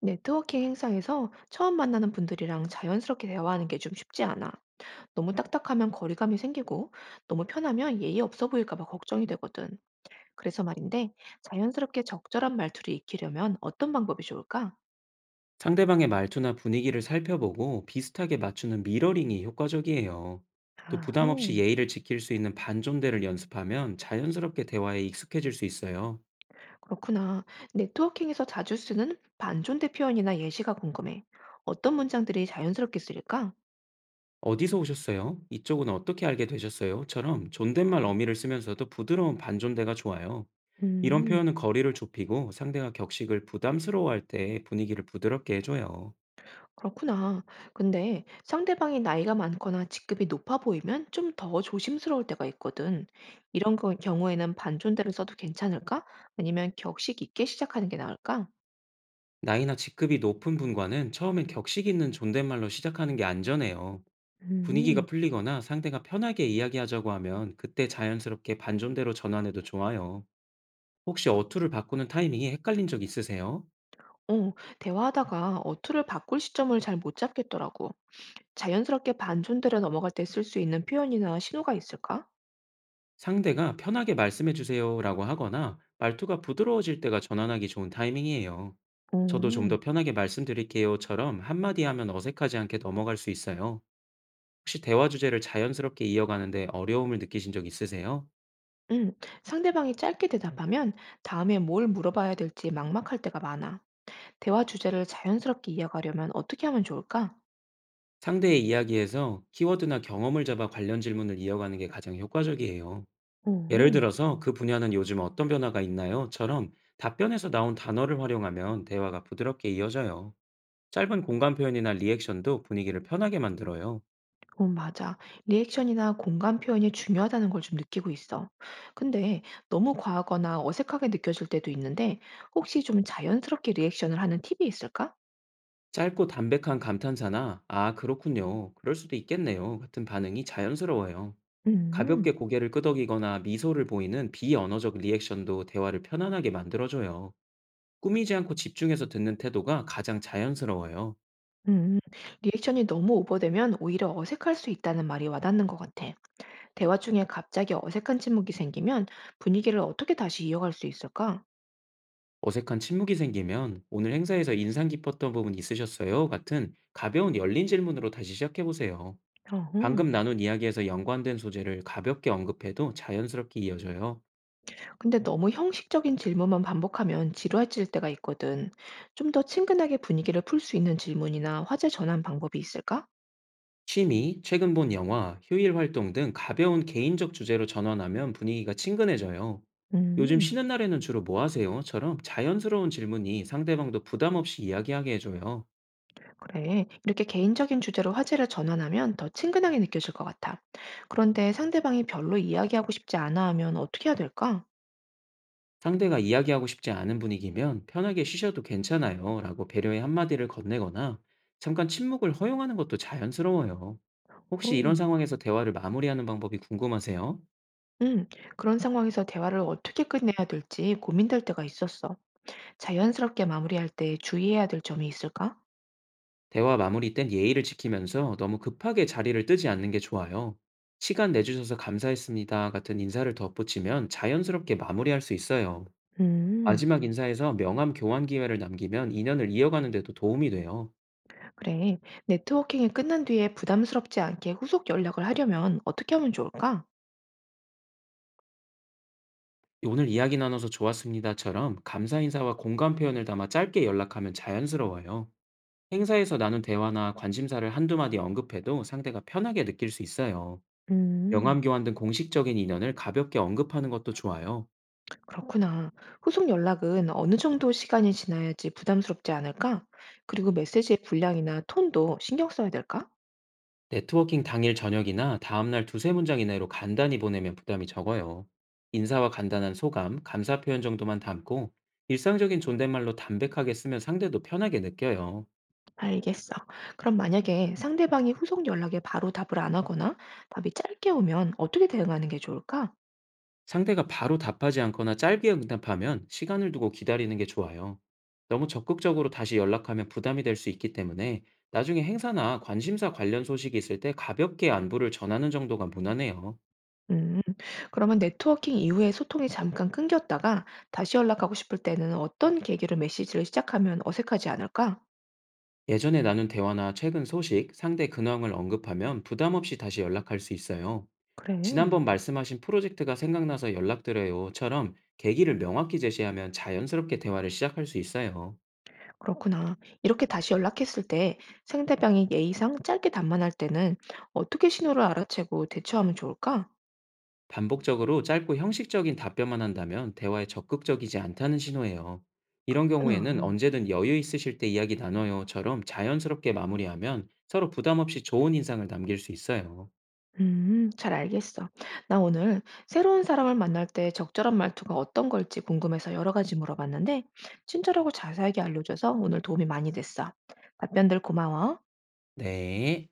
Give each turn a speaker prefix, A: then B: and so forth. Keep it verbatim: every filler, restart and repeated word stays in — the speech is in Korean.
A: 네트워킹 행사에서 처음 만나는 분들이랑 자연스럽게 대화하는 게 좀 쉽지 않아. 너무 딱딱하면 거리감이 생기고, 너무 편하면 예의 없어 보일까 봐 걱정이 되거든. 그래서 말인데, 자연스럽게 적절한 말투를 익히려면 어떤 방법이 좋을까?
B: 상대방의 말투나 분위기를 살펴보고 비슷하게 맞추는 미러링이 효과적이에요. 또
A: 아
B: 부담 없이
A: 음,
B: 예의를 지킬 수 있는 반존대를 연습하면 자연스럽게 대화에 익숙해질 수 있어요.
A: 그렇구나. 네트워킹에서 자주 쓰는 반존대 표현이나 예시가 궁금해. 어떤 문장들이 자연스럽게 쓰일까?
B: 어디서 오셨어요? 이쪽은 어떻게 알게 되셨어요? 처럼 존댓말 어미를 쓰면서도 부드러운 반존대가 좋아요. 이런
A: 음.
B: 표현은 거리를 좁히고 상대가 격식을 부담스러워할 때 분위기를 부드럽게 해줘요.
A: 그렇구나. 근데 상대방이 나이가 많거나 직급이 높아 보이면 좀 더 조심스러울 때가 있거든. 이런 거- 경우에는 반존대를 써도 괜찮을까? 아니면 격식 있게 시작하는 게 나을까?
B: 나이나 직급이 높은 분과는 처음엔 격식 있는 존댓말로 시작하는 게 안전해요. 분위기가
A: 음,
B: 풀리거나 상대가 편하게 이야기하자고 하면 그때 자연스럽게 반전대로 전환해도 좋아요. 혹시 어투를 바꾸는 타이밍이 헷갈린 적 있으세요?
A: 어, 대화하다가 어투를 바꿀 시점을 잘 못 잡겠더라고. 자연스럽게 반존대로 넘어갈 때 쓸 수 있는 표현이나 신호가 있을까?
B: 상대가 편하게 말씀해주세요 라고 하거나 말투가 부드러워질 때가 전환하기 좋은 타이밍이에요. 저도 좀
A: 음,
B: 더 편하게 말씀드릴게요처럼 한마디 하면 어색하지 않게 넘어갈 수 있어요. 혹시 대화 주제를 자연스럽게 이어가는데 어려움을 느끼신 적 있으세요?
A: 응, 상대방이 짧게 대답하면 다음에 뭘 물어봐야 될지 막막할 때가 많아. 대화 주제를 자연스럽게 이어가려면 어떻게 하면 좋을까?
B: 상대의 이야기에서 키워드나 경험을 잡아 관련 질문을 이어가는 게 가장 효과적이에요. 예를
A: 음,
B: 들어서 "그 분야는 요즘 어떤 변화가 있나요?"처럼 답변에서 나온 단어를 활용하면 대화가 부드럽게 이어져요. 짧은 공감 표현이나 리액션도 분위기를 편하게 만들어요.
A: 어, 맞아. 리액션이나 공감 표현이 중요하다는 걸 좀 느끼고 있어. 근데 너무 과하거나 어색하게 느껴질 때도 있는데 혹시 좀 자연스럽게 리액션을 하는 팁이 있을까?
B: 짧고 담백한 감탄사나 "아, 그렇군요. 그럴 수도 있겠네요." 같은 반응이 자연스러워요. 가볍게
A: 음,
B: 고개를 끄덕이거나 미소를 보이는 비언어적 리액션도 대화를 편안하게 만들어줘요. 꾸미지 않고 집중해서 듣는 태도가 가장 자연스러워요.
A: 음, 리액션이 너무 오버되면 오히려 어색할 수 있다는 말이 와닿는 것 같아. 대화 중에 갑자기 어색한 침묵이 생기면 분위기를 어떻게 다시 이어갈 수 있을까?
B: 어색한 침묵이 생기면 "오늘 행사에서 인상 깊었던 부분 있으셨어요?" 같은 가벼운 열린 질문으로 다시 시작해 보세요.
A: 어
B: 방금 나눈 이야기에서 연관된 소재를 가볍게 언급해도 자연스럽게 이어져요.
A: 근데 너무 형식적인 질문만 반복하면 지루해질 때가 있거든. 좀 더 친근하게 분위기를 풀 수 있는 질문이나 화제 전환 방법이 있을까?
B: 취미, 최근 본 영화, 휴일 활동 등 가벼운 개인적 주제로 전환하면 분위기가 친근해져요. "요즘
A: 음,
B: 쉬는 날에는 주로 뭐 하세요?"처럼 자연스러운 질문이 상대방도 부담 없이 이야기하게 해줘요.
A: 그래. 이렇게 개인적인 주제로 화제를 전환하면 더 친근하게 느껴질 것 같아. 그런데 상대방이 별로 이야기하고 싶지 않아 하면 어떻게 해야 될까?
B: 상대가 이야기하고 싶지 않은 분위기면 편하게 쉬셔도 괜찮아요 라고 배려의 한마디를 건네거나 잠깐 침묵을 허용하는 것도 자연스러워요. 혹시 이런
A: 음.
B: 상황에서 대화를 마무리하는 방법이 궁금하세요?
A: 음, 그런 상황에서 대화를 어떻게 끝내야 될지 고민될 때가 있었어. 자연스럽게 마무리할 때 주의해야 될 점이 있을까?
B: 대화 마무리 땐 예의를 지키면서 너무 급하게 자리를 뜨지 않는 게 좋아요. 시간 내주셔서 감사했습니다 같은 인사를 덧붙이면 자연스럽게 마무리할 수 있어요.
A: 음.
B: 마지막 인사에서 명함 교환 기회를 남기면 인연을 이어가는 데도 도움이 돼요.
A: 그래, 네트워킹이 끝난 뒤에 부담스럽지 않게 후속 연락을 하려면 어떻게 하면 좋을까?
B: "오늘 이야기 나눠서 좋았습니다."처럼 감사 인사와 공감 표현을 담아 짧게 연락하면 자연스러워요. 행사에서 나눈 대화나 관심사를 한두 마디 언급해도 상대가 편하게 느낄 수 있어요.
A: 음,
B: 명함 교환 등 공식적인 인연을 가볍게 언급하는 것도 좋아요.
A: 그렇구나. 후속 연락은 어느 정도 시간이 지나야지 부담스럽지 않을까? 그리고 메시지의 분량이나 톤도 신경 써야 될까?
B: 네트워킹 당일 저녁이나 다음 날 두세 문장 이내로 간단히 보내면 부담이 적어요. 인사와 간단한 소감, 감사 표현 정도만 담고 일상적인 존댓말로 담백하게 쓰면 상대도 편하게 느껴요.
A: 알겠어. 그럼 만약에 상대방이 후속 연락에 바로 답을 안 하거나 답이 짧게 오면 어떻게 대응하는 게 좋을까?
B: 상대가 바로 답하지 않거나 짧게 응답하면 시간을 두고 기다리는 게 좋아요. 너무 적극적으로 다시 연락하면 부담이 될 수 있기 때문에 나중에 행사나 관심사 관련 소식이 있을 때 가볍게 안부를 전하는 정도가 무난해요.
A: 음, 그러면 네트워킹 이후에 소통이 잠깐 끊겼다가 다시 연락하고 싶을 때는 어떤 계기로 메시지를 시작하면 어색하지 않을까?
B: 예전에 나눈 대화나 최근 소식, 상대 근황을 언급하면 부담 없이 다시 연락할 수 있어요.
A: 그래.
B: 지난번 말씀하신 프로젝트가 생각나서 연락드려요처럼 계기를 명확히 제시하면 자연스럽게 대화를 시작할 수 있어요.
A: 그렇구나. 이렇게 다시 연락했을 때 상대방이 예의상 짧게 답만할 때는 어떻게 신호를 알아채고 대처하면 좋을까?
B: 반복적으로 짧고 형식적인 답변만 한다면 대화에 적극적이지 않다는 신호예요. 이런 경우에는
A: 그렇구나.
B: 언제든 여유 있으실 때 이야기 나눠요처럼 자연스럽게 마무리하면 서로 부담 없이 좋은 인상을 남길 수 있어요.
A: 음, 잘 알겠어. 나 오늘 새로운 사람을 만날 때 적절한 말투가 어떤 걸지 궁금해서 여러 가지 물어봤는데, 친절하고 자세하게 알려줘서 오늘 도움이 많이 됐어. 답변들 고마워.
B: 네.